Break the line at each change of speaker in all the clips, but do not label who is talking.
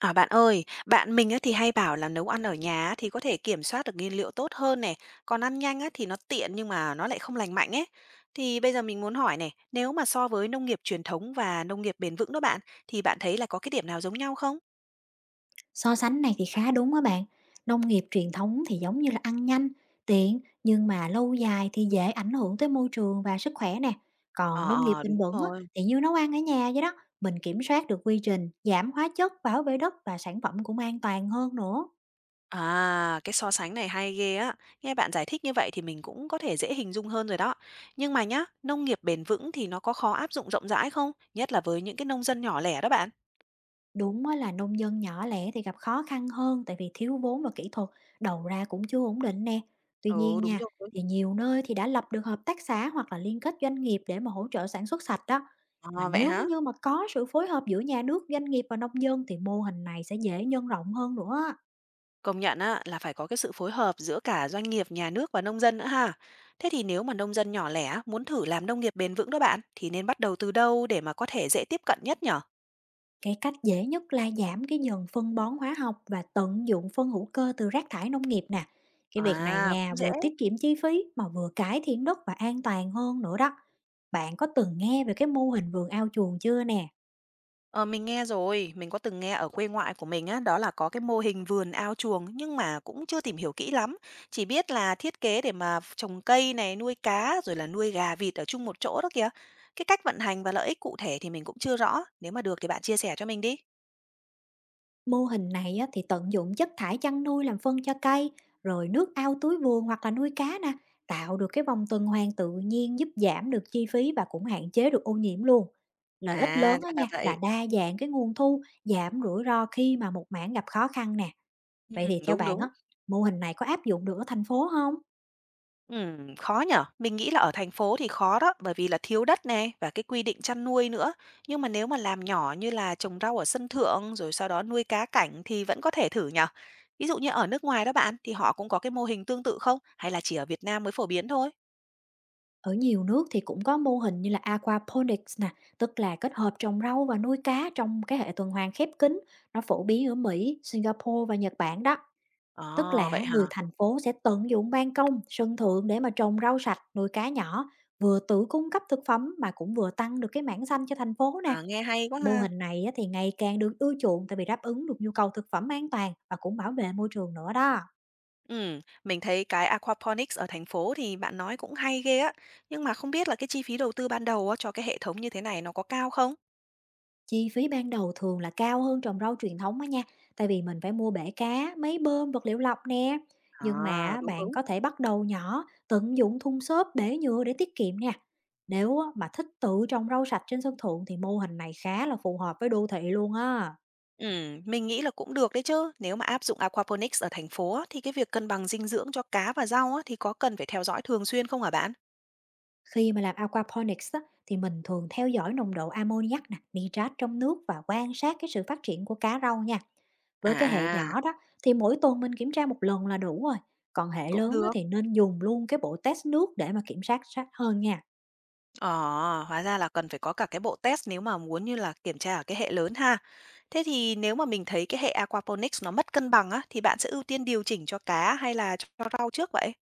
À bạn ơi, bạn mình á thì hay bảo là nấu ăn ở nhà á thì có thể kiểm soát được nguyên liệu tốt hơn này, còn ăn nhanh á thì nó tiện nhưng mà nó lại không lành mạnh ấy. Thì bây giờ mình muốn hỏi này, nếu mà so với nông nghiệp truyền thống và nông nghiệp bền vững đó bạn, thì bạn thấy là có cái điểm nào giống nhau không?
So sánh này thì khá đúng á bạn. Nông nghiệp truyền thống thì giống như là ăn nhanh, tiện nhưng mà lâu dài thì dễ ảnh hưởng tới môi trường và sức khỏe nè.
Ờ
Còn nông nghiệp
ờ,
bền
đúng
vững á,
rồi.
thì như nấu ăn ở nhà vậy đó, mình kiểm soát được quy trình, giảm hóa chất, bảo vệ đất và sản phẩm cũng an toàn hơn nữa.
À, cái so sánh này hay ghê á. Nghe bạn giải thích như vậy thì mình cũng có thể dễ hình dung hơn rồi đó. Nhưng mà nhá, nông nghiệp bền vững thì nó có khó áp dụng rộng rãi không? Nhất là với những cái nông dân nhỏ lẻ đó bạn.
Đúng á là nông dân nhỏ lẻ thì gặp khó khăn hơn tại vì thiếu vốn và kỹ thuật, đầu ra cũng chưa ổn định nè. Tuy
Ừ,
nhiên
đúng
nha,
rồi.
thì nhiều nơi thì đã lập được hợp tác xã hoặc là liên kết doanh nghiệp để mà hỗ trợ sản xuất sạch đó. Mà
Ờ, vậy
nếu
hả?
như mà có sự phối hợp giữa nhà nước, doanh nghiệp và nông dân thì mô hình này sẽ dễ nhân rộng hơn nữa á.
Công nhận á, là phải có cái sự phối hợp giữa cả doanh nghiệp, nhà nước và nông dân nữa ha. Thế thì nếu mà nông dân nhỏ lẻ á, muốn thử làm nông nghiệp bền vững đó bạn, thì nên bắt đầu từ đâu để mà có thể dễ tiếp cận nhất nhở?
Cái cách dễ nhất là giảm cái dần phân bón hóa học và tận dụng phân hữu cơ từ rác thải nông nghiệp nè. Cái việc này
À,
nha,
cũng dễ.
vừa tiết kiệm chi phí mà vừa cải thiện đất và an toàn hơn nữa đó. Bạn có từng nghe về cái mô hình vườn ao chuồng chưa nè?
Ờ, mình nghe rồi, mình có từng nghe ở quê ngoại của mình á, đó là có cái mô hình vườn ao chuồng nhưng mà cũng chưa tìm hiểu kỹ lắm. Chỉ biết là thiết kế để mà trồng cây này, nuôi cá rồi là nuôi gà vịt ở chung một chỗ đó kìa. Cái cách vận hành và lợi ích cụ thể thì mình cũng chưa rõ. Nếu mà được thì bạn chia sẻ cho mình đi.
Mô hình này á, thì tận dụng chất thải chăn nuôi làm phân cho cây, rồi nước ao túi vườn hoặc là nuôi cá nè, tạo được cái vòng tuần hoàn tự nhiên, giúp giảm được chi phí và cũng hạn chế được ô nhiễm luôn. Lợi ích
À,
lớn á
ra là
nha là
vậy.
đa dạng cái nguồn thu, giảm rủi ro khi mà một mảng gặp khó khăn nè. Vậy thì theo
Đúng,
bạn
đúng.
á, mô hình này có áp dụng được ở thành phố không?
Khó nhở. Mình nghĩ là ở thành phố thì khó đó, bởi vì là thiếu đất này và cái quy định chăn nuôi nữa. Nhưng mà nếu mà làm nhỏ như là trồng rau ở sân thượng rồi sau đó nuôi cá cảnh thì vẫn có thể thử nhở. Ví dụ như ở nước ngoài đó bạn, thì họ cũng có cái mô hình tương tự không? Hay là chỉ ở Việt Nam mới phổ biến thôi?
Ở nhiều nước thì cũng có mô hình như là aquaponics nè, tức là kết hợp trồng rau và nuôi cá trong cái hệ tuần hoàn khép kín. Nó phổ biến ở Mỹ, Singapore và Nhật Bản đó. Tức
Ờ,
là
vậy hả?
người thành phố sẽ tận dụng ban công, sân thượng để mà trồng rau sạch, nuôi cá nhỏ, vừa tự cung cấp thực phẩm mà cũng vừa tăng được cái mảng xanh cho thành phố nè.
À, nghe hay quá
Mô
ha.
hình này á thì ngày càng được ưa chuộng tại vì đáp ứng được nhu cầu thực phẩm an toàn và cũng bảo vệ môi trường nữa đó.
Mình thấy cái aquaponics ở thành phố thì bạn nói cũng hay ghê á. Nhưng mà không biết là cái chi phí đầu tư ban đầu á, cho cái hệ thống như thế này nó có cao không?
Chi phí ban đầu thường là cao hơn trồng rau truyền thống á nha, tại vì mình phải mua bể cá, máy bơm, vật liệu lọc nè. Nhưng
À,
mà
đúng,
bạn
đúng.
có thể bắt đầu nhỏ, tận dụng thùng xốp, bể nhựa để tiết kiệm nè. Nếu á, mà thích tự trồng rau sạch trên sân thượng thì mô hình này khá là phù hợp với đô thị luôn á.
Mình nghĩ là cũng được đấy chứ. Nếu mà áp dụng aquaponics ở thành phố á, thì cái việc cân bằng dinh dưỡng cho cá và rau á, thì có cần phải theo dõi thường xuyên không hả bạn?
Khi mà làm aquaponics á, thì mình thường theo dõi nồng độ ammoniac nè, nitrat trong nước và quan sát cái sự phát triển của cá rau nha.
À,
Với cái hệ
à,
nhỏ đó thì mỗi tuần mình kiểm tra một lần là đủ rồi, còn hệ
cũng
lớn á
được.
thì nên dùng luôn cái bộ test nước để mà kiểm soát sát hơn nha.
Ờ, hóa ra là cần phải có cả cái bộ test nếu mà muốn như là kiểm tra ở cái hệ lớn ha. Thế thì nếu mà mình thấy cái hệ aquaponics nó mất cân bằng á, thì bạn sẽ ưu tiên điều chỉnh cho cá hay là cho rau trước vậy?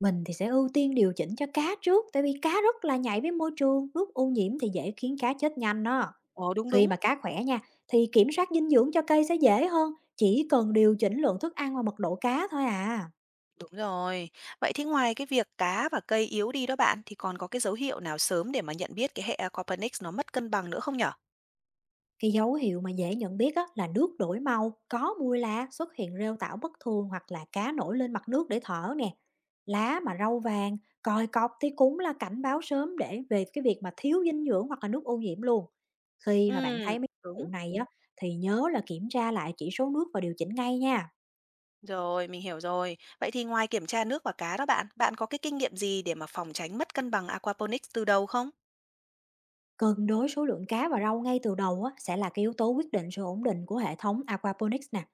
Mình thì sẽ ưu tiên điều chỉnh cho cá trước, tại vì cá rất là nhạy với môi trường, nước ô nhiễm thì dễ khiến cá chết nhanh đó.
Ồ, đúng
Khi
đúng.
mà cá khỏe nha, thì kiểm soát dinh dưỡng cho cây sẽ dễ hơn, chỉ cần điều chỉnh lượng thức ăn và mật độ cá thôi à.
Đúng rồi. Vậy thì ngoài cái việc cá và cây yếu đi đó bạn, thì còn có cái dấu hiệu nào sớm để mà nhận biết cái hệ aquaponics nó mất cân bằng nữa không nhở?
Cái dấu hiệu mà dễ nhận biết á, là nước đổi màu, có mùi lạ, xuất hiện rêu tảo bất thường hoặc là cá nổi lên mặt nước để thở nè. Lá mà râu vàng, còi cọc thì cũng là cảnh báo sớm để về cái việc mà thiếu dinh dưỡng hoặc là nước ô nhiễm luôn. Khi mà bạn
Ừm,
thấy mấy cái
đúng.
vụ này á, thì nhớ là kiểm tra lại chỉ số nước và điều chỉnh ngay nha.
Rồi, mình hiểu rồi. Vậy thì ngoài kiểm tra nước và cá đó bạn, bạn có cái kinh nghiệm gì để mà phòng tránh mất cân bằng aquaponics từ đầu không?
Cân đối số lượng cá và rau ngay từ đầu á, sẽ là cái yếu tố quyết định sự ổn định của hệ thống aquaponics nè.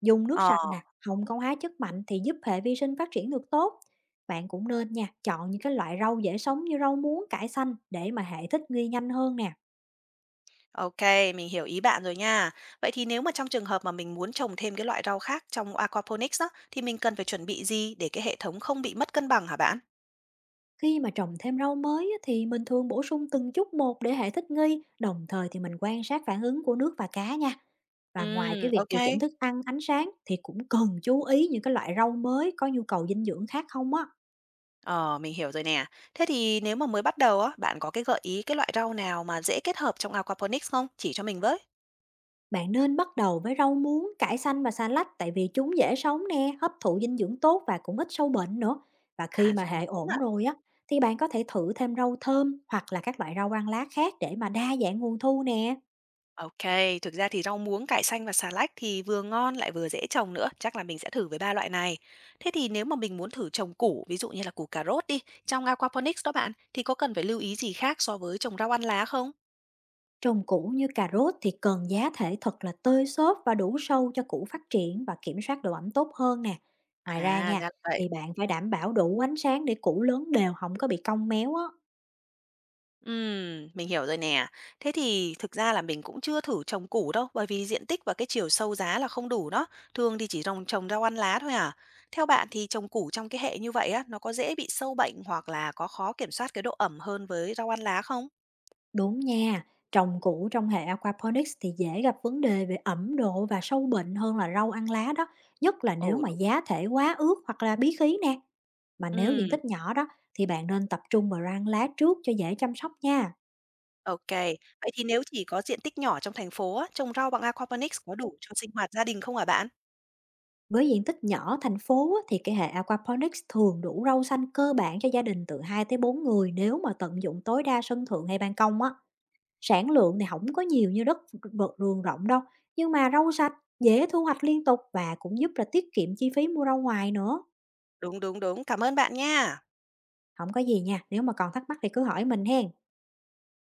Dùng nước
Ờ,
sạch nè, không có hóa chất mạnh thì giúp hệ vi sinh phát triển được tốt. Bạn cũng nên nha, chọn những cái loại rau dễ sống như rau muống, cải xanh để mà hệ thích nghi nhanh hơn nè.
OK, mình hiểu ý bạn rồi nha. Vậy thì nếu mà trong trường hợp mà mình muốn trồng thêm cái loại rau khác trong aquaponics đó, thì mình cần phải chuẩn bị gì để cái hệ thống không bị mất cân bằng hả bạn?
Khi mà trồng thêm rau mới á, thì mình thường bổ sung từng chút một để hệ thích nghi, đồng thời thì mình quan sát phản ứng của nước và cá nha.
Ừ,
Và ngoài cái việc điều
OK.
chỉnh thức ăn, ánh sáng thì cũng cần chú ý những cái loại rau mới có nhu cầu dinh dưỡng khác không á.
Ờ, mình hiểu rồi nè. Thế thì nếu mà mới bắt đầu á, bạn có cái gợi ý cái loại rau nào mà dễ kết hợp trong aquaponics không? Chỉ cho mình với.
Bạn nên bắt đầu với rau muống, cải xanh và xà lách tại vì chúng dễ sống nè, hấp thụ dinh dưỡng tốt và cũng ít sâu bệnh nữa. Và
À,
khi mà
rau
hệ
muống,
ổn rồi á thì bạn có thể thử thêm rau thơm hoặc là các loại rau ăn lá khác để mà đa dạng nguồn thu nè.
ok, thực ra thì rau muống, cải xanh và xà lách thì vừa ngon lại vừa dễ trồng nữa, chắc là mình sẽ thử với 3 loại này. Thế thì nếu mà mình muốn thử trồng củ, ví dụ như là củ cà rốt đi, trong aquaponics đó bạn, thì có cần phải lưu ý gì khác so với trồng rau ăn lá không?
Trồng củ như cà rốt thì cần giá thể thật là tơi xốp và đủ sâu cho củ phát triển, và kiểm soát độ ẩm tốt hơn nè.
À,
Ngoài ra
ra
nha,
là vậy.
thì bạn phải đảm bảo đủ ánh sáng để củ lớn đều, không có bị cong méo á.
Mình hiểu rồi nè. Thế thì thực ra là mình cũng chưa thử trồng củ đâu, bởi vì diện tích và cái chiều sâu giá là không đủ đó, thường thì chỉ trồng trồng rau ăn lá thôi à. Theo bạn thì trồng củ trong cái hệ như vậy á, nó có dễ bị sâu bệnh hoặc là có khó kiểm soát cái độ ẩm hơn với rau ăn lá không?
Đúng nha, trồng củ trong hệ aquaponics thì dễ gặp vấn đề về ẩm độ và sâu bệnh hơn là rau ăn lá đó, nhất là
Ừ,
nếu mà
đúng.
giá thể quá ướt hoặc là bí khí nè. Mà nếu diện
Ừm,
tích nhỏ đó thì bạn nên tập trung vào rau ăn lá trước cho dễ chăm sóc nha.
ô. Vậy thì nếu chỉ có diện tích nhỏ trong thành phố á, trồng rau bằng aquaponics có đủ cho sinh hoạt gia đình không hả bạn?
Với diện tích nhỏ thành phố á, thì cái hệ aquaponics thường đủ rau xanh cơ bản cho gia đình từ 2 tới 4 người nếu mà tận dụng tối đa sân thượng hay ban công á. Sản lượng thì không có nhiều như đất ruộng rộng đâu, nhưng mà rau sạch, dễ thu hoạch liên tục và cũng giúp là tiết kiệm chi phí mua rau ngoài nữa.
Đúng, đúng, đúng. Cảm ơn bạn nha.
Không có gì nha, nếu mà còn thắc mắc thì cứ hỏi mình hen.